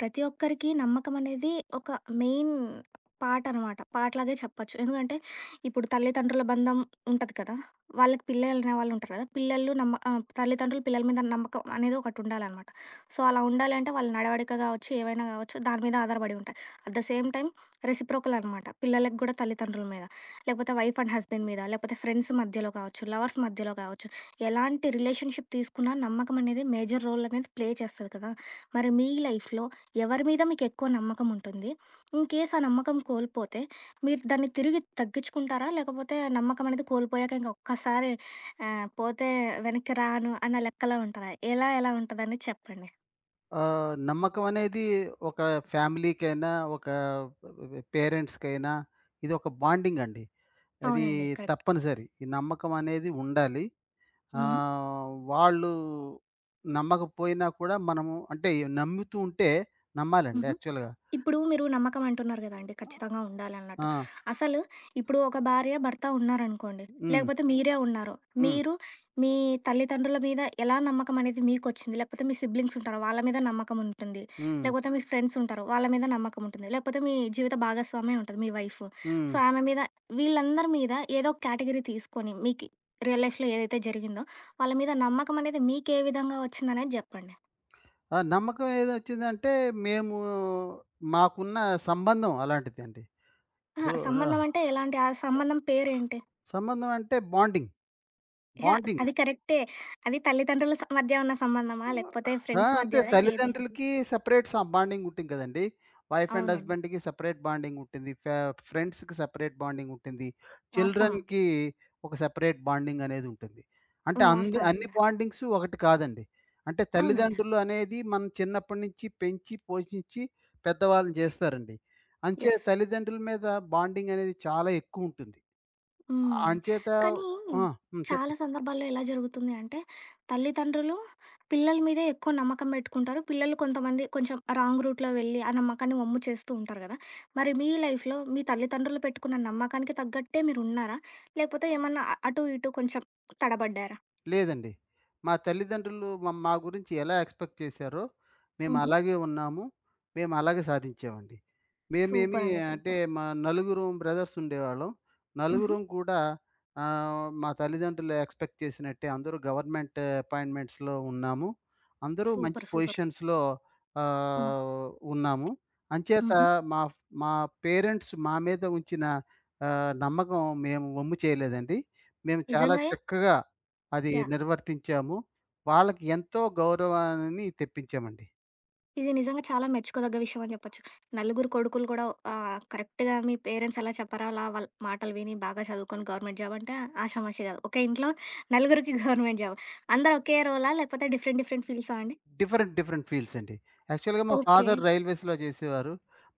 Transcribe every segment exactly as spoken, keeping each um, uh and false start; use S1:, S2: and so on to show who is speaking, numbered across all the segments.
S1: ప్రతి ఒక్కరికి నమ్మకం అనేది ఒక మెయిన్ పార్ట్ అనమాట. పార్ట్ లాగే చెప్పొచ్చు. ఎందుకంటే ఇప్పుడు తల్లిదండ్రుల బంధం ఉంటది కదా! వాళ్ళకి పిల్లలు అనేవాళ్ళుంటారు కదా! పిల్లలు నమ్మ ఆహ్, తల్లిదండ్రులు పిల్లల మీద నమ్మకం అనేది ఒకటుండాలనమాట. సో, అలా ఉండాలి అంటే వాళ్ళ నడవడిక కావచ్చు, ఏవైనా కావచ్చు దాని మీద ఆధారపడి ఉంటాయి. At the same time reciprocal అనమాట. పిల్లలకి కూడా తల్లిదండ్రుల మీద, లేకపోతే వైఫ్ అండ్ హస్బెండ్ మీద, లేకపోతే ఫ్రెండ్స్ మధ్యలో కావచ్చు, లవర్స్ మధ్యలో కావచ్చు. ఎలాంటి రిలేషన్‌షిప్ తీసుకున్నా నమ్మకం అనేది మేజర్ రోల్ అనేది ప్లే చేస్తది కదా! మరి మీ లైఫ్‌లో ఎవరి మీద మీకెక్కువ నమ్మకం ఉంటుంది? ఇన్ కేస్ ఆ నమ్మకం కోల్పోతే మీరు దాన్ని తిరిగి తగ్గించుకుంటారా? లేకపోతే నమ్మకం అనేది కోల్పోయాక ఇంక ఒక్కసారి ఆహ్, పోతే వెనక్కి రాను అన్న లెక్కలో ఉంటారా? ఎలా ఎలా ఉంటదని చెప్పండి?
S2: ఆహ్, నమ్మకం అనేది ఒక ఫ్యామిలీకైనా, ఒక పేరెంట్స్‌కైనా ఇది ఒక బాండింగ్ అండి. అది
S1: అవునండి. కరెక్ట్.
S2: తప్పనిసరి. ఈ నమ్మకం అనేది ఉండాలి.
S1: హ్మ్.
S2: ఆహ్, వాళ్ళు నమ్మకపోయినా కూడా మనము అంటే నమ్ముతూ ఉంటే నమ్మాలండి
S1: హుహు.
S2: యాక్చువల్‌గా.
S1: ఇప్పుడు మీరు నమ్మకం అంటున్నారు కదండీ! ఖచ్చితంగా ఉండాలి అన్నట్టు.
S2: ఆ!
S1: అసలు ఇప్పుడు ఒక భార్య, భర్త ఉన్నారనుకోండి.
S2: హ్మ్.
S1: లేకపోతే మీరే ఉన్నారు.
S2: హ్మ్.
S1: మీరు మీ తల్లిదండ్రుల మీద ఎలా నమ్మకం అనేది మీకొచ్చింది? లేకపోతే మీ సిబ్లింగ్స్ ఉంటారు. వాళ్ళ మీద నమ్మకం ఉంటుంది.
S2: హ్మ్.
S1: లేకపోతే మీ ఫ్రెండ్స్ ఉంటారు. వాళ్ళ మీద నమ్మకం ఉంటుంది. లేకపోతే మీ జీవిత భాగస్వామే ఉంటది. మీ వైఫ్.
S2: హ్మ్.
S1: సో, ఆమె మీద వీళ్ళందరి మీద ఏదో ఒక కేటగిరీ తీసుకొని మీకు రియల్ లైఫ్‌లో ఏదైతే జరిగిందో వాళ్ళ మీద నమ్మకం అనేది మీకు ఏ విధంగా వచ్చిందనేది జెప్పండి.
S2: ఆ నమ్మకం ఏదొచ్చిందంటే మేము మాకున్న సంబంధం అలాంటిదండి.
S1: అహా!
S2: ఇప్పుడు ర
S1: సంబంధం అంటే ఎలాంటి? ఆ
S2: స
S1: సంబంధం పేరేంటి?
S2: సంబంధం అంటే బాండింగ్.
S1: యాహ్!
S2: బాండింగ్.
S1: అది కరెక్టే. అది తల్లిదండ్రుల స్ మధ్య ఉన్న సంబంధమా? లేకపోతే
S2: ఆ!
S1: ఫ్రెండ్స్
S2: అంతే,
S1: మధ్యదా? ఏది?
S2: తల్లిదండ్రులకి సెపరేట్ స బాండింగ్ ఉంటుంది కదండీ. వైఫ్ అండ్
S1: అవునండి.
S2: హస్బాండ్‌కి సెపరేట్ బాండింగ్ ఉంటుంది. ఫ ఫ్రెండ్స్‌కి సెపరేట్ బాండింగ్ ఉంటుంది.
S1: వాస్తవం.
S2: చిల్డ్రన్‌కి ఒక సెపరేట్ బాండింగ్ అనేది ఉంటుంది. అంటే
S1: హ్మ్.
S2: అంద హ్మ్.
S1: వాస్తవం.
S2: అన్ని
S1: అండి.
S2: బాండింగ్స్ ఒకటి కాదండి. అంటే
S1: అవునండి.
S2: తల్లిదండ్రులు అనేది మనం చిన్నప్పటి నుంచి పెంచి, పోషించి పెద్దవాళ్ళని చేస్తారండి. అంచేత
S1: యెస్.
S2: తల్లిదండ్రుల మీద బాండింగ్ అనేది చాలా ఎక్కువ ఉంటుంది.
S1: హ్మ్.
S2: అంచేత
S1: కానీ
S2: ఆ! హ్మ్. చెప్పు.
S1: చాలా సందర్భాల్లో ఎలా జరుగుతుంది అంటే, తల్లిదండ్రులు పిల్లల మీదే ఎక్కువ నమ్మకం పెట్టుకుంటారు. పిల్లలు కొంతమంది కొంచెం రాంగ్ రూట్‌లో వెళ్ళి, ఆ నమ్మకాన్ని వమ్ము చేస్తూ ఉంటారు కదా! మరి మీ లైఫ్‌లో మీ తల్లిదండ్రులు పెట్టుకున్న నమ్మకానికి తగ్గట్టే మీరున్నారా? లేకపోతే ఏమన్నా అ అటు ఇటు కొంచెం తడబడ్డారా?
S2: లేదండి. మా తల్లిదండ్రులు మ మా గురించి ఎలా ఎక్స్‌పెక్ట్ చేశారో,
S1: హుహు.
S2: మేమలాగే ఉన్నాము. మేమలాగే సాధించామండి. మేమేమి
S1: సూపరండి.
S2: అంటే,
S1: సూపర్.
S2: మా నలుగురం బ్రదర్స్ ఉండేవాళ్ళం.
S1: హుహు.
S2: నలుగురం కూడా ఆహ్, మా తల్లిదండ్రులు ఎక్స్‌పెక్ట్ చేసినట్టే అందరూ గవర్నమెంట్ అపాయింట్మెంట్స్‌లో ఉన్నాము. అందరూ మంచి
S1: సూపర్. సూపర్.
S2: పొజిషన్స్‌లో
S1: హ్మ్.
S2: ఆహ్, ఉన్నాము. అంచేత
S1: హుహు.
S2: మా ఫ్ మా పేరెంట్స్ మా మీద ఉంచిన ఆహ్, నమ్మకం మేము వమ్ము చేయలేదండి. మేము చాలా
S1: నిజంగాయే
S2: చక్కగా అది
S1: యాహ్!
S2: నిర్వర్తించాము. వాళ్ళకి ఎంతో గౌరవాన్ని తెప్పించామండి.
S1: ఇది నిజంగా చాలా మెచ్చుకోదగ్గ విషయం అని చెప్పొచ్చు. నలుగురు కొడుకులు కూడా ఆహ్, కరెక్ట్‌గా మీ పేరెంట్స్ ఎలా చెప్పారో అలా వాళ్ళ మాటలు విని బాగా చదువుకొని గవర్నమెంట్ జాబ్ అంటే ఆషామాషి కాదు. ఒకే ఇంట్లో నలుగురికి గవర్నమెంట్ జాబ్. అందరూ ఒకే రోలా? లేకపోతే డిఫరెంట్ డిఫరెంట్ ఫీల్డ్సా అండి?
S2: డిఫరెంట్, డిఫరెంట్ ఫీల్డ్స్ అండి. యాక్చువల్‌గా మా
S1: ఓకే.
S2: ఫాదర్ రైల్వేస్‌లో చేసేవారు.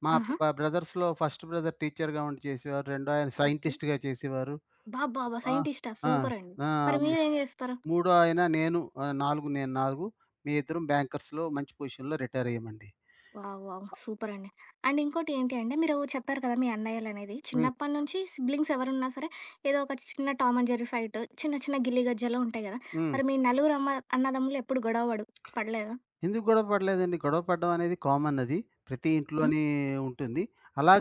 S2: మా ఆ!
S1: ఆహా!
S2: బ బ్రదర్స్‌లో ఫస్ట్ బ్రదర్ టీచర్‌గా ఉండి చేసేవారు. రెండో ఆయన
S1: ఓకే.
S2: సైంటిస్ట్‌గా చేసేవారు.
S1: అబ్బబ్బబ్బా!
S2: ఆ!
S1: సైంటిస్టా?
S2: ఆ!
S1: సూపరండి.
S2: ఆ!
S1: మరి మీరేం జేస్తారు?
S2: మూడో ఆయన, నేను ఆహ్, నాలుగు నేను నాలుగు మేమిద్దరం బ్యాంకర్స్‌లో మంచి పొజిషన్‌లో రిటైర్ అయ్యామండి.
S1: వావ్! వావ్! సూపర్ అండి. అండ్ ఇంకోటి ఏంటి అంటే మీరు చెప్పారు కదా మీ అన్నయ్యలనేది.
S2: హ్మ్.
S1: చిన్నప్పటి నుంచి సిబ్లింగ్స్ ఎవరున్నా సరే ఏదో ఒక చిన్న టామ్ అండ్ జెర్రీ ఫైట్, చిన్న చిన్న గిల్లి గజ్జాలు ఉంటాయి కదా!
S2: హ్మ్.
S1: మరి మీ నలుగురు అమ్మ అన్నదమ్ములు ఎప్పుడు గొడవ పడు పడలేదా?
S2: ఎందుకు గొడవ పడలేదండి? గొడవ పడడం అనేది కామన్ అది. ప్రతి
S1: హ్మ్.
S2: ఇంట్లోనే ఉంటుంది.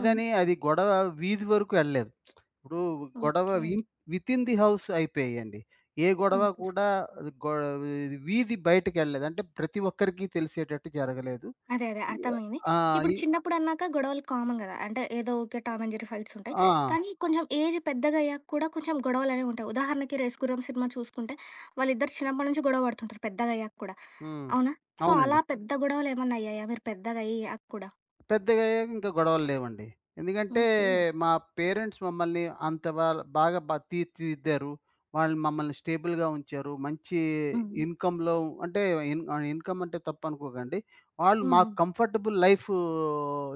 S1: హ్మ్.
S2: అది గొడవ వీధి వరకు ఎళ్ళలేదు. ఇప్పుడు గొడవ
S1: okay.
S2: Win within the house అయిపోయాయండి. ఏ గొడవ
S1: ఓకే.
S2: కూడా అది గొ ఇది వీధి బయటికెళ్ళలేదు. అంటే ప్రతి ఒక్కరికి తెలిసేటట్టు జరగలేదు.
S1: అదే అదే అర్థమైంది.
S2: ఆ!
S1: ఇప్పుడు
S2: ఈ
S1: చిన్నప్పుడు అన్నాక గొడవలు కామన్ కదా! అంటే ఏదో ఊకే టామ్ అండ్ జెర్రీ ఫైట్స్ ఉంటాయి.
S2: ఆ!
S1: కానీ కొంచెం ఏజ్ పెద్దగా అయ్యాక కూడా కొంచెం గొడవలనేవి ఉంటాయి. ఉదాహరణకి 'రేస్ గుర్రం' సినిమా చూసుకుంటే వాళ్ళిద్దరు చిన్నప్పటి నుంచి గొడవ పడుతుంటారు పెద్దగా అయ్యాక కూడా.
S2: హ్మ్.
S1: అవునా? సో,
S2: అవునండి.
S1: అలా పెద్ద గొడవలేమన్నా అయ్యాయా? మీరు పెద్దగయ్యాక కూడా?
S2: పెద్దగా అయ్యాక ఇంకా గొడవలు లేవండి. ఎందుకంటే
S1: ఓకే.
S2: మా పేరెంట్స్ మమ్మల్ని అంత బా బాగా బ తీర్చిదిద్దారు. వాళ్ళు మమ్మల్ని స్టేబుల్‌గా ఉంచారు. మంచి
S1: హ్మ్.
S2: ఇన్‌కమ్‌లో, అంటే ఇన్ ఆహ్, ఇన్‌కమ్ అంటే తప్పనుకోకండి. వాళ్ళు
S1: హ్మ్.
S2: మాకు కంఫర్టబుల్ లైఫ్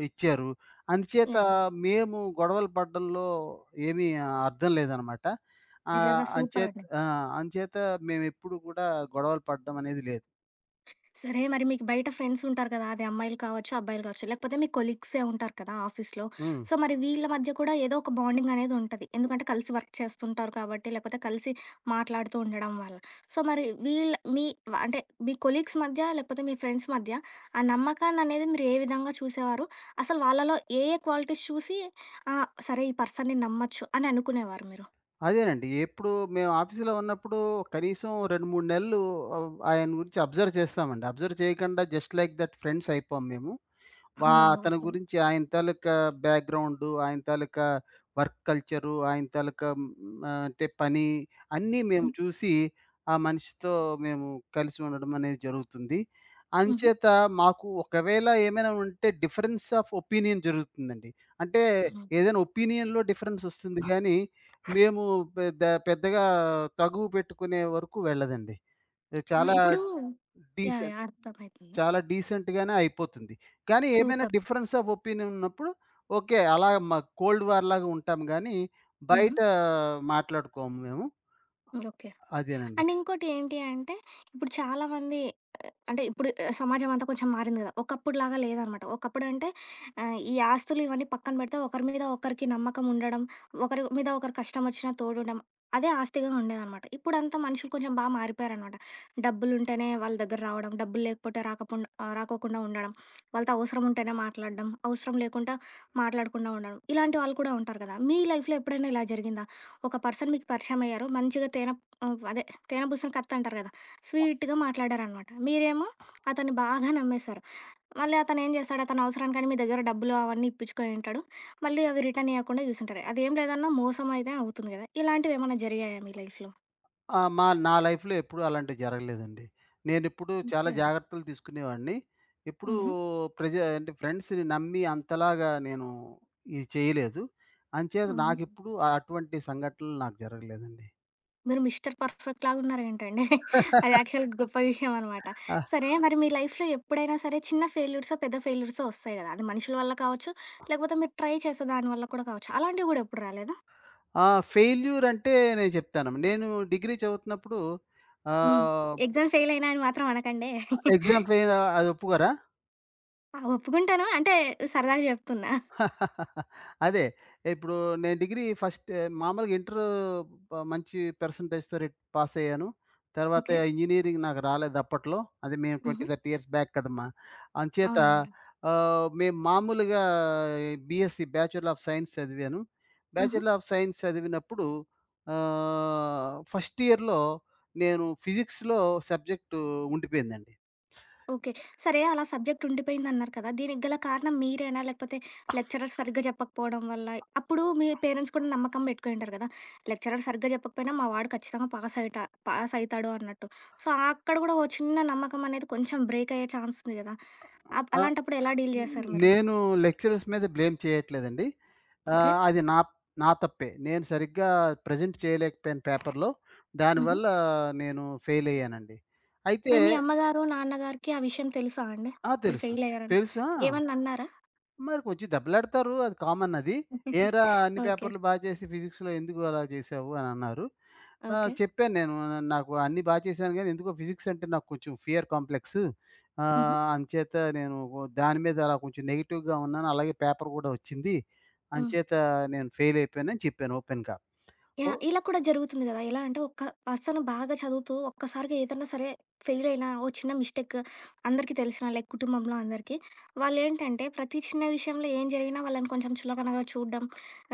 S2: ఇచ్చారు. అందుచేత
S1: యాహ్!
S2: మేము గొడవలు పడడంలో ఏమీ అర్థం లేదనమాట. ఆహ్,
S1: నిజంగా
S2: అంచేత
S1: సూపరండి.
S2: ఆ! అంచేత మేమెప్పుడు కూడా గొడవలు పడడం అనేది లేదు.
S1: సరే మరి మీకు బయట ఫ్రెండ్స్ ఉంటారు కదా! అది అమ్మాయిలు కావచ్చు, అబ్బాయిలు కావచ్చు. లేకపోతే మీ కొలీగ్సే ఉంటారు కదా ఆఫీస్‌లో.
S2: హ్మ్.
S1: సో, మరి వీళ్ళ మధ్య కూడా ఏదో ఒక బాండింగ్ అనేది ఉంటది. ఎందుకంటే కలిసి వర్క్ చేస్తుంటారు కాబట్టి, లేకపోతే కలిసి మాట్లాడుతూ ఉండడం వల్ల. సో, మరి వీళ్ళ మీ వ అంటే మీ కొలీగ్స్ మధ్య, లేకపోతే మీ ఫ్రెండ్స్ మధ్య ఆ నమ్మకాన్ని అనేది మీరు ఏ విధంగా చూసేవారు? అసలు వాళ్ళలో ఏ ఏ క్వాలిటీస్ చూసి ఆ! సరే ఈ పర్సన్‌ని నమ్మొచ్చు అని అనుకునేవారు మీరు?
S2: అదేనండి. ఎప్పుడు మేము ఆఫీస్‌లో ఉన్నప్పుడు కనీసం రెండు, మూడు నెలలు ఆహ్, ఆయన గురించి అబ్జర్వ్ చేస్తామండి. అబ్జర్వ్ చేయకుండా జస్ట్ లైక్ దట్ ఫ్రెండ్స్ అయిపోయాం మేము. వా
S1: అవునవును.
S2: అతని
S1: వాస్తవం.
S2: గురించి, ఆయన తాలూకా బ్యాక్‌గ్రౌండు, ఆయన తాలూకా వర్క్ కల్చరు, ఆయన తాలూకా హ్మ్, ఆహ్, అంటే పని అన్నీ మేము
S1: హ్మ్.
S2: చూసి, ఆ మనిషితో మేము కలిసి ఉండడం అనేది జరుగుతుంది.
S1: హుహు.
S2: అంచేత మాకు ఒకవేళ ఏమైనా ఉంటే డిఫరెన్స్ ఆఫ్ ఒపీనియన్ జరుగుతుందండి. అంటే
S1: హ్మ్.
S2: ఏదైనా ఒపీనియన్‌లో డిఫరెన్స్ వస్తుంది గానీ, మేము పెద్ద పెద్దగా తగువు పెట్టుకునే వరకు వెళ్ళదండి. ఇది
S1: ఆ!
S2: చాలా
S1: ఇప్పుడు యాహ్!
S2: డీసె
S1: యాహ్! అర్థమైతుంది.
S2: చాలా డీసెంట్‌గానే అయిపోతుంది. కానీ ఏమైనా
S1: సూపర్.
S2: డిఫరెన్స్ ఆఫ్ ఒపీనియన్ ఉన్నప్పుడు ఓకే. అలా మ కోల్డ్ వార్ లాగా ఉంటాం గానీ,
S1: హుహు.
S2: బయట మాట్లాడుకోము మేము.
S1: ఓకే.
S2: అదేనండి.
S1: అండ్ ఇంకోటి ఏంటి అంటే, ఇప్పుడు చాలామంది అంటే ఇప్పుడు ఆహ్, సమాజం అంతా కొంచెం మారింది గదా! ఒకప్పుడులాగా లేదనమాట. ఒకప్పుడంటే ఆహ్, ఈ ఆస్తులు ఇవన్నీ పక్కన బెడితే ఒకరి మీద ఒకరికి నమ్మకం ఉండడం, ఒకరి మీద ఒకరు కష్టమొచ్చినా తోడుండడం. అదే ఆస్తిగా ఉండేదనమాట. ఇప్పుడంతా మనుషులు కొంచెం బా మారిపోయారనమాట. డబ్బులుంటేనే వాళ్ళ దగ్గర రావడం, డబ్బులు లేకపోతే రాకపోండ ఆహ్, రాకోకుండా ఉండడం. వాళ్ళతో అవసరం ఉంటేనే మాట్లాడడం, అవసరం లేకుండా మాట్లాడకుండా ఉండడం. ఇలాంటి వాళ్ళు కూడా ఉంటారు కదా! మీ లైఫ్‌లో ఎప్పుడైనా ఇలా జరిగిందా? ఒక పర్సన్ మీకు పరిచయమయ్యారు. మంచిగా తేనె ఆహ్, అదే తేనె పూసిన కత్తంటారు గదా! స్వీట్‌గా మాట్లాడారనమాట. మీరేమో అతన్ని బాగా నమ్మేశారు. మళ్ళీ అతను ఏం చేస్తాడు, అతని అవసరానికని మీ దగ్గర డబ్బులు అవన్నీ ఇప్పించుకొని ఉంటాడు. మళ్ళీ అవి రిటర్న్ ఇయ్యకుండా చూసుంటారు. అదేం లేదన్నా మోసం అయితే అవుతుంది కదా! ఇలాంటివేమన్నా జరిగాయా మీ లైఫ్‌లో?
S2: ఆ! మా నా లైఫ్‌లో ఎప్పుడూ అలాంటివి జరగలేదండి. నేనెప్పుడూ చాలా
S1: ఓకే అండి.
S2: జాగ్రత్తలు తీసుకునేవాడిని. ఎప్పుడూ
S1: హుహు.
S2: ప్రెజ అంటే ఫ్రెండ్స్‌ని నమ్మి అంతలాగా నేను ఇది చేయలేదు. అంచేత
S1: హ్మ్.
S2: నాకెప్పుడూ అటువంటి సంఘటనలు నాకు జరగలేదండి.
S1: మీరు మిస్టర్ పర్ఫెక్ట్ లాగా ఉన్నారేంటండి? అది యాక్చువల్ గొప్ప విషయం అనమాట. సరే మరి మీ లైఫ్‌లో ఎప్పుడైనా సరే చిన్న ఫెయిల్యూర్సో, పెద్ద ఫెయిల్యూర్సో వస్తాయి కదా! అది మనుషుల వల్ల కావచ్చు, లేకపోతే మీరు ట్రై చేసే దాని వల్ల కూడా కావచ్చు. అలాంటివి కూడా ఎప్పుడు రాలేదా?
S2: ఆ! ఫెయిల్యూర్ అంటే నేను చెప్తాను. నేను డిగ్రీ చదువుతున్నప్పుడు
S1: హ్మ్.
S2: ఆహ్,
S1: ఎగ్జామ్ ఫెయిల్ అయినా అని మాత్రం అనకండే.
S2: ఎగ్జామ్ ఫెయిల్ అది ఒప్పుకోరా?
S1: ఆ! ఒప్పుకుంటాను. అంటే సరదాగా జెప్తున్నా.
S2: అదే. ఇప్పుడు నేను డిగ్రీ ఫస్ట్ ఏ, మామూలుగా ఇంటర్ ప మంచి పర్సెంటేజ్‌తో రెట్ పాస్ అయ్యాను. తర్వాత
S1: ఓకే.
S2: ఇంజినీరింగ్ నాకు రాలేదు అప్పట్లో. అది మేము ఇరవై,
S1: హుహు.
S2: ముప్ఫై ఇయర్స్ బ్యాక్ కదమ్మా! అంచేత
S1: అవునవునులే.
S2: ఆహ్, మేము మామూలుగా బీఎస్సీ బ్యాచలర్ ఆఫ్ సైన్స్ చదివాను.
S1: హుహు.
S2: బ్యాచలర్ ఆఫ్ సైన్స్ చదివినప్పుడు ఆహ్, ఫస్ట్ ఇయర్‌లో నేను ఫిజిక్స్‌లో సబ్జెక్ట్ ఉండిపోయిందండి.
S1: ఓకే. సరే అలా సబ్జెక్ట్ ఉండిపోయిందన్నారు కదా! దీనికి గల కారణం మీరేనా? లేకపోతే లెక్చరర్ సరిగ్గా చెప్పకపోవడం వల్ల? అప్పుడు మీ పేరెంట్స్ కూడా నమ్మకం బెట్టుకునింటారు గదా! లెక్చరర్ సరిగ్గా జెప్పకపోయినా మా వాడు ఖచ్చితంగా పాస్ అయితా పాస్ అయితాడు అన్నట్టు. సో, అక్కడ గూడా ఓ చిన్న నమ్మకం అనేది కొంచెం బ్రేక్ అయ్యే ఛాన్స్ ఉంది గదా! అప్
S2: ఆ!
S1: అలాంటప్పుడు ఎలా డీల్ జేశారు మీరు?
S2: నేను లెక్చరర్స్ మీద బ్లేమ్ చేయట్లేదండి.
S1: ఓకే.
S2: ఆహ్, అది నా నా తప్పే. నేను సరిగ్గా ప్రెజెంట్ చేయలేకపోయాను పేపర్‌లో.
S1: హుహు.
S2: దానివల్ల నేను ఫెయిల్ అయ్యానండి. అయితే
S1: మరి మీ అమ్మగారు, నాన్నగారికి ఆ విషయం తెలుసా అండి?
S2: ఆ!
S1: మీరు
S2: తెలుసు.
S1: ఫెయిల్ అయ్యారని?
S2: తెలుసా?
S1: ఏమన్నా అన్నారా?
S2: మరి కొంచెం దెబ్బలాడతారు. అది కామన్ అది. "ఏరా అన్ని
S1: ఓకే.
S2: పేపర్‌లు బా చేసి ఫిజిక్స్‌లో ఎందుకు అలా చేశావు?" అని అన్నారు. ఆహ్,
S1: ఓకే.
S2: చెప్పాను నేను. "నా- "నాకు అన్నీ బా చేశాను గానీ, ఎందుకో ఫిజిక్స్ అంటే నాకు కొంచెం ఫియర్ కాంప్లెక్స్.
S1: హుహు.
S2: ఆహ్, అంచేత నేను ఓ- దాని మీద అలా కొంచెం నెగెటివ్‌గా ఉన్నాను. అలాగే పేపర్ కూడా వచ్చింది.
S1: హ్మ్.
S2: అంచేత నేను ఫెయిల్ అయిపోయాను" అని చెప్పాను ఓపెన్‌గా. Oh
S1: yeah! ఇలా కూడా జరుగుతుంది గదా! ఎలా అంటే ఒక్క పర్సన్ బాగా చదువుతూ ఒక్కసారిగా ఏదన్నా సరే ఫెయిల్ అయినా, ఓ చిన్న మిస్టేక్ అందరికీ తెలిసిన లైక్ కుటుంబంలో అందరికీ. వాళ్ళేంటంటే ప్రతి చిన్న విషయంలో ఏం జరిగినా వాళ్ళని కొంచెం చులకనగా చూడడం,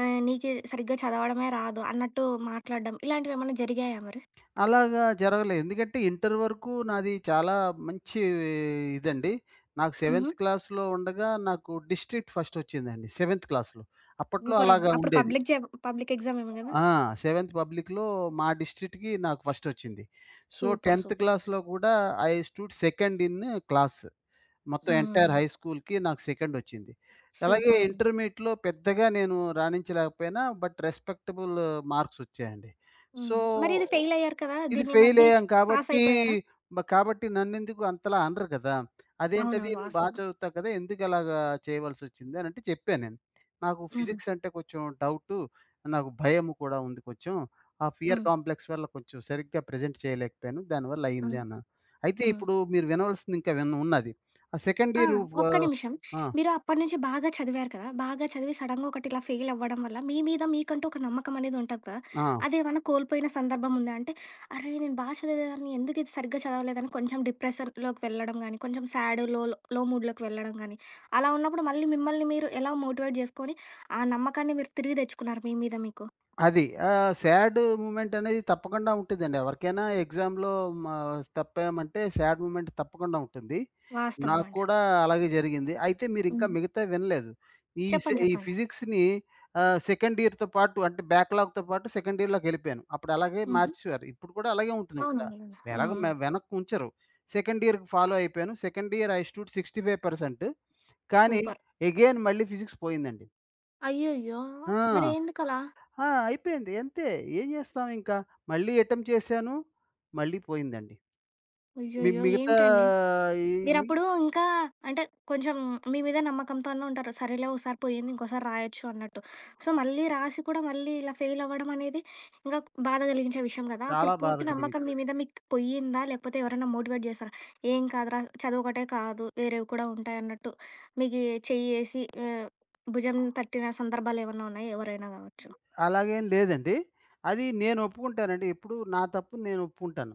S1: ఆహ్, నీకు సరిగ్గా చదవడమే రాదు అన్నట్టు మాట్లాడడం ఇలాంటివేమన్నా జరిగాయా మరి?
S2: అలాగా జరగలేదు. ఎందుకంటే ఇంటర్ వరకు నాది చాలా మంచి ఇదండి. నాకు
S1: హుహు.
S2: సెవెంత్ క్లాస్‌లో ఉండగా నాకు డిస్ట్రిక్ట్ ఫస్ట్ వచ్చిందండి. సెవెంత్ క్లాస్‌లో. అప్పట్లో
S1: సూపరండి.
S2: అలాగా
S1: అప్పుడు
S2: ఉండేది.
S1: పబ్లిక్ జా పబ్లిక్ ఎగ్జామ్ ఏమో గదా!
S2: ఆ! సెవెంత్ పబ్లిక్‌లో మా డిస్ట్రిక్ట్‌కి నాకు ఫస్ట్ వచ్చింది. So,
S1: super.
S2: 10థ్
S1: సూపర్.
S2: క్లాస్‌లో కూడా I stood second in class. మొత్తం
S1: హ్మ్.
S2: ఎంటైర్ హై స్కూల్‌కి నాకు సెకండ్ వచ్చింది. అలాగే
S1: సూపరండి.
S2: ఇంటర్మీడియేట్‌లో పెద్దగా నేను రాణించలేకపోయినా బట్ రెస్పెక్టబుల్ మార్క్స్ వచ్చాయండి. సో,
S1: హుహు. మరి ఇది ఫెయిల్ అయ్యారు కదా!
S2: ఇది
S1: దీన్ని మళ్ళీ
S2: ఫెయిలయ్యాం
S1: పాస్
S2: కాబట్టి
S1: అయిపోయారా?
S2: మ కాబట్టి నన్నెందుకు అంతలా అనరు కదా! అదేంటది
S1: అవునవును.
S2: నువ్వు బా
S1: వాస్తవం.
S2: చదువుతావు కదా! ఎందుకలాగా చేయవలసొచ్చింది అనంటే చెప్పా నేను. నాకు
S1: హుహు.
S2: ఫిజిక్స్ అంటే కొంచెం డౌటు. నాకు భయం కూడా ఉంది కొంచెం. ఆ ఫియర్
S1: హ్మ్.
S2: కాంప్లెక్స్ వల్ల కొంచెం సరిగ్గా ప్రెజెంట్ చేయలేకపోయాను. దానివల్ల అయింది
S1: హ్మ్.
S2: అన్నాను. అయితే
S1: హ్మ్.
S2: ఇప్పుడు మీరు వినవలసింది ఇంకా విన్ ఉన్నది. ఆ సెకండ్
S1: ఆ!
S2: ఇయరు వ
S1: ఒక్క నిమిషం.
S2: ఆ!
S1: మీరు అప్పటి నుంచి బాగా చదివారు కదా! బాగా చదివి సడెన్‌గా ఒకటి ఇలా ఫెయిల్ అవ్వడం వల్ల మీ మీద మీకంటూ ఒక నమ్మకం అనేది ఉంటది కదా!
S2: ఆ!
S1: అదేమన్నా కోల్పోయిన సందర్భం ఉందా? అంటే అరే! నేను బా చదివేదాన్ని ఎందుకు ఇది సరిగ్గా చదవలేదని కొంచెం డిప్రెషన్‌లోకి వెళ్ళడం గానీ, కొంచెం సాడ్, లో లో మూడ్‌లోకి వెళ్ళడం గానీ, అలా ఉన్నప్పుడు మళ్ళీ మిమ్మల్ని మీరు ఎలా మోటివేట్ చేసుకొని ఆ నమ్మకాన్ని మీరు తిరిగి తెచ్చుకున్నారు మీ మీద మీకు?
S2: అది. ఆహ్, సాడ్ మూమెంట్ అనేది తప్పకుండా ఉంటదండి. ఎవరికైనా ఎగ్జామ్‌లో మా తప్పామంటే సాడ్ మూమెంట్ తప్పకుండా ఉంటుంది.
S1: వాస్తవం
S2: నాకు
S1: అండి.
S2: కూడా అలాగే జరిగింది. అయితే మీరింకా
S1: హ్మ్.
S2: మిగతావి వినలేదు. ఈ సె
S1: చెప్పండి.
S2: ఈ
S1: చెప్పండి.
S2: ఫిజిక్స్‌ని ఆహ్, సెకండ్ ఇయర్‌తో పాటు, అంటే బ్యాక్‌లాగ్‌తో పాటు సెకండ్ ఇయర్‌లోకెళ్ళిపోయాను. అప్పుడు అలాగే
S1: హుహు.
S2: మార్చేవారు. ఇప్పుడు కూడా అలాగే ఉంటుంది ఇక్కడ.
S1: అవునవునులెండి. హ్మ్.
S2: ఎలాగో మే
S1: హ్మ్.
S2: వెనక్కి ఉంచరు. సెకండ్ ఇయర్‌కి ఫాలో అయిపోయాను. సెకండ్ ఇయర్ ఐ స్టూడ్ అరవై ఐదు పర్సెంట్, కానీ
S1: సూపర్.
S2: అగైన్ మళ్ళీ ఫిజిక్స్ పోయిందండి.
S1: అయ్యయ్యో!
S2: ఆ!
S1: మరెందుకలా?
S2: ఆ! అయిపోయింది. అంతే. ఏం చేస్తాం ఇంకా. మళ్ళీ అటెంప్ట్ చేశాను. మళ్ళీ పోయిందండి. మి
S1: అయ్యయ్యో!
S2: మిగతా
S1: ఏంటండి?
S2: ఈ మి
S1: మీరప్పుడు ఇంకా అంటే కొంచెం మీ మీద నమ్మకంతోనే ఉంటారు. సరేలే ఓసారి పోయింది ఇంకోసారి రాయొచ్చు అన్నట్టు. సో, మళ్ళీ రాసి కూడా మళ్ళీ ఇలా ఫెయిల్ అవ్వడం అనేది ఇంకా బాధ కలిగించే విషయం కదా!
S2: చాలా
S1: అప్పుడు
S2: బాధ
S1: పూర్తి నమ్మకం
S2: కలిగించాయి.
S1: మీ మీద మీకు పొయ్యిందా? లేకపోతే ఎవరైనా మోటివేట్ చేశారా? "ఏం కాదురా చదువొకటే కాదు వేరేవి కూడా ఉంటాయన్నట్టు" మీకి చెయ్యేసి ఆహ్, భుజం తట్టిన సందర్భాలేమన్నా ఉన్నాయా? ఎవరైనా గావచ్చు.
S2: అలాగేం లేదండి. అది నేను ఒప్పుకుంటానండి. ఎప్పుడు నా తప్పు నేను ఒప్పుకుంటాను.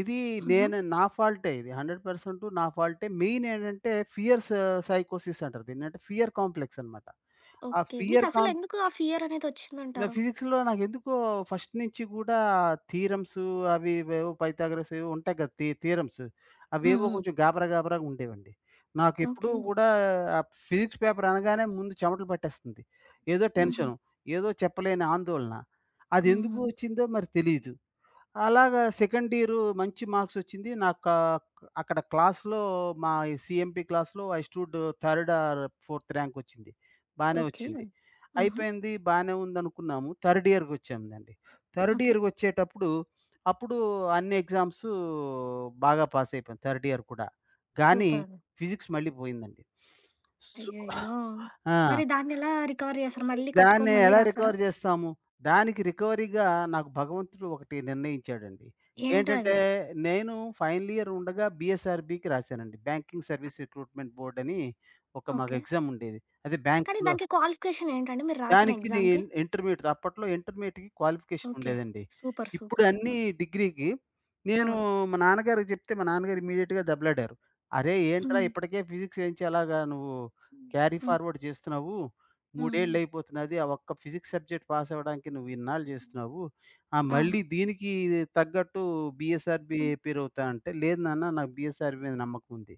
S2: ఇది
S1: హుహు.
S2: నేను నా ఫాల్టే ఇది. వంద పర్సెంట్ నా ఫాల్టే. మెయిన్ ఏంటంటే ఫియర్స్ సైకోసిస్ అంటారు దీన్ని. అంటే ఫియర్ కాంప్లెక్స్ అన్నమాట. ఆ
S1: ఓకే.
S2: ఫియర్ కాం
S1: మీకసలెందుకు ఆ
S2: నా
S1: ఫియరనేదొచ్చిందంటారు?
S2: ఫిజిక్స్‌లో నాకెందుకో ఫస్ట్ నుంచి కూడా థీరమ్స్, అవి ఇవేవో పైథాగరస్ ఏవో ఉంటాయి కదా! థీ థీరమ్స్, హ్మ్.
S1: హ్మ్.
S2: అవేవో
S1: హ్మ్.
S2: కొంచెం గాబరా గాబరాగా ఉండేవండి. నాకెప్పుడూ
S1: ఓకే.
S2: కూడా ఆ ఫిజిక్స్ పేపర్ అనగానే ముందు చెమటలు పట్టేస్తుంది. ఏదో హ్మ్.
S1: హుహు.
S2: టెన్షను, ఏదో చెప్పలేని ఆందోళన.
S1: హ్మ్.
S2: అదెందుకు
S1: హ్మ్.
S2: వచ్చిందో మరి తెలీదు. అలాగా సెకండ్ ఇయరు మంచి మార్క్సొచ్చింది. నాకా అక్కడ క్లాస్‌లో మా ఈ సీఎంపీ క్లాస్‌లో I stood third or fourth ర్యాంకొచ్చింది. బానే
S1: ఓకే.
S2: వచ్చింది.
S1: హుహు.
S2: అయిపోయింది. బానే ఉందనుకున్నాము. థర్డ్ ఇయర్‌కొచ్చానండి. Third
S1: okay.
S2: ఇయర్‌కొచ్చేటప్పుడు అప్పుడు అన్ని ఎగ్జామ్సు బాగా పాస్ అయిపోయాను థర్డ్ ఇయర్ కూడా. కానీ
S1: సూపరండి.
S2: ఫిజిక్స్ మళ్ళీ పోయిందండి. సో
S1: అయ్యయ్యో!
S2: ఆ!
S1: మరి దాన్నెలా రికవర్ చేసారు? మళ్ళీ
S2: దాన్ని
S1: కట్టుకొని మళ్ళీ
S2: ఎలా
S1: రాసారా?
S2: రికవర్ జేస్తాము? దానికి రికవరీగా నాకు భగవంతుడు ఒకటి నిర్ణయించాడండి.
S1: ఏంటో
S2: ఏంటంటే,
S1: అది?
S2: నేను ఫైనల్ ఇయర్ ఉండగా బీఎస్ఆర్‌బీకి రాశానండి. బ్యాంకింగ్ సర్వీస్ రిక్రూట్‌మెంట్ బోర్డ్ అని ఒక మాకు
S1: ఓకే.
S2: ఎగ్జామ్ ఉండేది. అది
S1: కానీ
S2: బ్యాంక్స్‌లో.
S1: దానికి క్వాలిఫికేషన్ ఏంటండి మీరు రాసిన
S2: దానికి నే
S1: ఎగ్జామ్‌కి?
S2: ఇన్ ఇంటర్మీడియేట్ అప్పట్లో ఇంటర్మీడియేట్‌కి క్వాలిఫికేషన్
S1: ఓకే.
S2: ఉండేదండి.
S1: సూపర్.
S2: ఇప్పుడు
S1: సూపర్.
S2: అన్నీ
S1: సూపర్.
S2: డిగ్రీకి. నేను
S1: అవును.
S2: మా నాన్నగారికి చెప్తే మా నాన్నగారు ఇమ్మీడియేట్‌గా దెబ్బలాడారు. "అరేయ్! ఏంట్రా
S1: హ్మ్.
S2: ఇప్పటికే ఫిజిక్స్ ఏంచి అలాగా నువ్వు
S1: హ్మ్.
S2: క్యారీ
S1: హ్మ్.
S2: ఫార్వర్డ్ చేస్తున్నావు.
S1: హ్మ్.
S2: మూడేళ్లయిపోతున్నది. ఆ ఒక్క ఫిజిక్స్ సబ్జెక్ట్ పాస్ అవ్వడానికి నువ్వు ఇన్నాళ్ళు చేస్తున్నావు. ఆ! మళ్ళీ
S1: అవును.
S2: దీనికి తగ్గట్టు బీఎస్ఆర్‌బీ
S1: హ్మ్.
S2: ప్రిపేర్ అవుతా" అంటే, "లేదు నాన్న, నాకు బీఎస్ఆర్‌బీ మీద నమ్మకం ఉంది.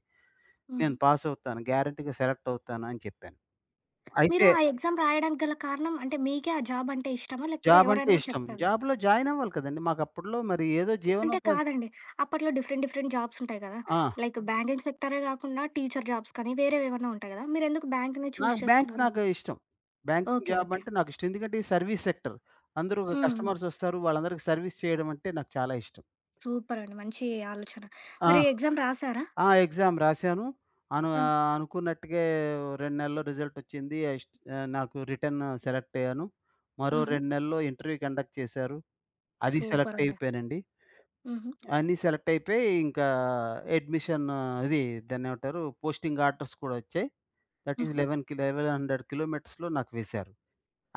S2: నేను
S1: హుహు.
S2: పాస్ అవుతాను. గ్యారంటీగా సెలెక్ట్ అవుతాను" అని చెప్పాను.
S1: మీరు
S2: అయితే
S1: ఆ ఎగ్జామ్ రాయడానికి గల కారణం అంటే మీకే ఆ జాబ్ అంటే ఇష్టమా? లేకపోతే
S2: జాబ్ అంటే
S1: ఎవరైనా
S2: ఇష్టం.
S1: చెప్పారా?
S2: జాబ్‌లో జాయిన్ అవ్వాలి కదండీ! మాకప్పట్లో మరి ఏదో
S1: అంటే
S2: జీవనోపాధి.
S1: కాదండి. అప్పట్లో డిఫరెంట్ డిఫరెంట్ జాబ్స్ ఉంటాయి కదా!
S2: ఆ!
S1: లైక్ బ్యాంకింగ్ సెక్టరే గాకుండా టీచర్ జాబ్స్ కానీ వేరేవేవన్నా ఉంటాయి గదా! మీరెందుకు బ్యాంక్‌ని చూజ్
S2: నాకు బ్యాంక్,
S1: చేసుకున్నారు?
S2: నాకు ఇష్టం. Banking
S1: okay.
S2: Job
S1: okay.
S2: అంటే నాకు ఇష్టం. ఎందుకంటే ఇది సర్వీస్ సెక్టర్. అందరూ
S1: హ్మ్. హ్మ్.
S2: కస్టమర్స్ వస్తారు. వాళ్ళందరికీ సర్వీస్ చేయడం అంటే నాకు చాలా ఇష్టం.
S1: సూపర్ అండి. మంచి ఆలోచన.
S2: ఆ!
S1: మరి ఎగ్జామ్ రాసారా?
S2: ఆ! ఎగ్జామ్ రాశాను. అను
S1: ఆ!
S2: ఆహ్, అనుకున్నట్టుగే రెండు నెలల్లో రిజల్ట్ వచ్చింది. అస్ట్ ఆహ్, నాకు రిటర్న్ సెలెక్ట్ అయ్యాను. మరో
S1: హుహు.
S2: రెండు నెలల్లో ఇంటర్వ్యూ కండక్ట్ చేశారు. అది
S1: సూపర్
S2: సెలెక్ట్
S1: అండి.
S2: అయిపోయానండి.
S1: హుహు.
S2: అన్నీ సెలెక్ట్ అయిపోయి, ఇంకా అడ్మిషన్, ఇది దాన్నేమంటారు, పోస్టింగ్ ఆర్డర్స్ కూడా వచ్చాయి. దట్ ఈస్
S1: హుహు.
S2: 11కి పదకొండు వందల కిలోమీటర్స్‌లో నాకు వేశారు.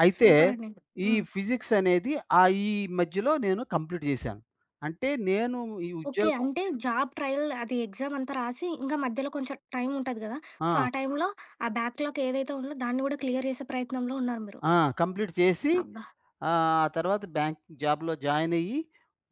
S2: అయితే
S1: సూపర్ అండి.
S2: ఈ
S1: హ్మ్.
S2: ఫిజిక్స్ అనేది ఆహ్, ఈ మధ్యలో నేను కంప్లీట్ చేశాను. అంటే నేను ఈ
S1: ఓకే.
S2: ఉద్యోగం
S1: అంటే జాబ్ ట్రయల్ అది ఎగ్జామ్ అంతా రాసి ఇంకా మధ్యలో కొంచెం టైం ఉంటది గదా! సో,
S2: ఆ!
S1: ఆ టైంలో ఆ బ్యాక్‌లాగ్ ఏదైతే ఉందో దాన్ని గూడా క్లియర్ చేసే ప్రయత్నంలో ఉన్నారు మీరు.
S2: ఆ! కంప్లీట్ చేసి
S1: అబ్బా!
S2: ఆహ్, ఆ తర్వాత బ్యాంక్ జాబ్‌లో జాయిన్ అయ్యి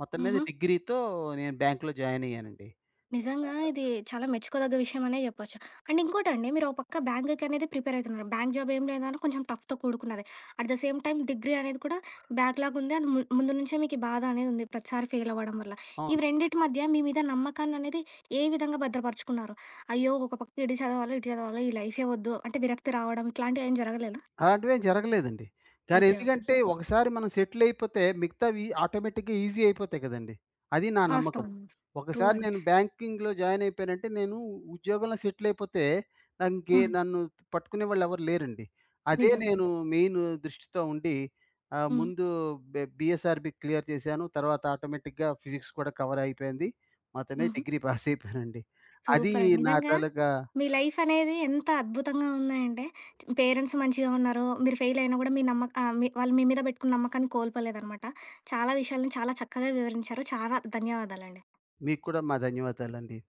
S2: మొత్తం మీద
S1: హుహు.
S2: డిగ్రీతో నేను బ్యాంక్‌లో జాయిన్ అయ్యానండి.
S1: నిజంగా ఇది చాలా మెచ్చుకోదగ్గ విషయం అనే చెప్పొచ్చు. అండ్ ఇంకోటండి మీరు ఒక పక్క బ్యాంక్‌కి అనేది ప్రిపేర్ అవుతున్నారు. బ్యాంక్ జాబ్ ఏం లేదన్నా కొంచెం టఫ్‌తో కూడుకున్నదే. At the same time degree అనేది కూడా బ్యాక్‌లాగ్ ఉంది. అది ము ముందు నుంచే మీకు ఈ బాధ అనేది ఉంది. ప్రతిసారి ఫెయిల్ అవ్వడం వల్ల.
S2: అవును.
S1: ఇవి రెండిటి మధ్య మీ మీద నమ్మకాన్ని అనేది ఏ విధంగా భద్రపరుచుకున్నారు? అయ్యో! ఒక పక్క ఇది చదవాలి, ఇటు చదవాలి, ఈ లైఫే వద్దు అంటే విరక్తి రావడం ఇట్లాంటివి ఏం జరగలేదా?
S2: అలాంటివేం జరగలేదండి. కానీ
S1: ఓకే. ఓకే.
S2: ఎందుకంటే
S1: సూపర్.
S2: ఒకసారి మనం సెటిల్ అయిపోతే మిగతావి ఆటోమేటిక్‌గా ఈజీ అయిపోతాయి కదండీ! అది నా నమ్మకం.
S1: వాస్తవం. ట్రూ
S2: ఒకసారి
S1: అండి.
S2: నేను బ్యాంకింగ్‌లో జాయిన్ అయిపోయానంటే నేను ఉద్యోగంలో సెటిల్ అయిపోతే నాకు ఇంకే
S1: హ్మ్.
S2: నన్ను పట్టుకునేవాళ్ళు ఎవరు లేరండి. అదే
S1: నిజం. నిజం.
S2: నేను మెయిన్ దృష్టితో ఉండి ఆహ్,
S1: హ్మ్.
S2: ముందు బె బీఎస్ఆర్‌బీ క్లియర్ చేశాను. తర్వాత ఆటోమేటిక్‌గా ఫిజిక్స్ కూడా కవర్ అయిపోయింది. మొత్తమే
S1: హుహు.
S2: డిగ్రీ పాస్ అయిపోయానండి. అది
S1: సూపరండి.
S2: నా
S1: నిజంగా
S2: తాలూకా.
S1: మీ లైఫ్ అనేది ఎంత అద్భుతంగా ఉందంటే, పేరెంట్స్ మంచిగా ఉన్నారు. మీరు ఫెయిల్ అయినా కూడా మీ నమ్మక ఆహ్, మీ వాళ్ళు మీ మీద పెట్టుకున్న నమ్మకాన్ని కోల్పోలేదనమాట. చాలా విషయాలను చాలా చక్కగా వివరించారు. చాలా ధన్యవాదాలండి.
S2: మీకు కూడా మా ధన్యవాదాలండి.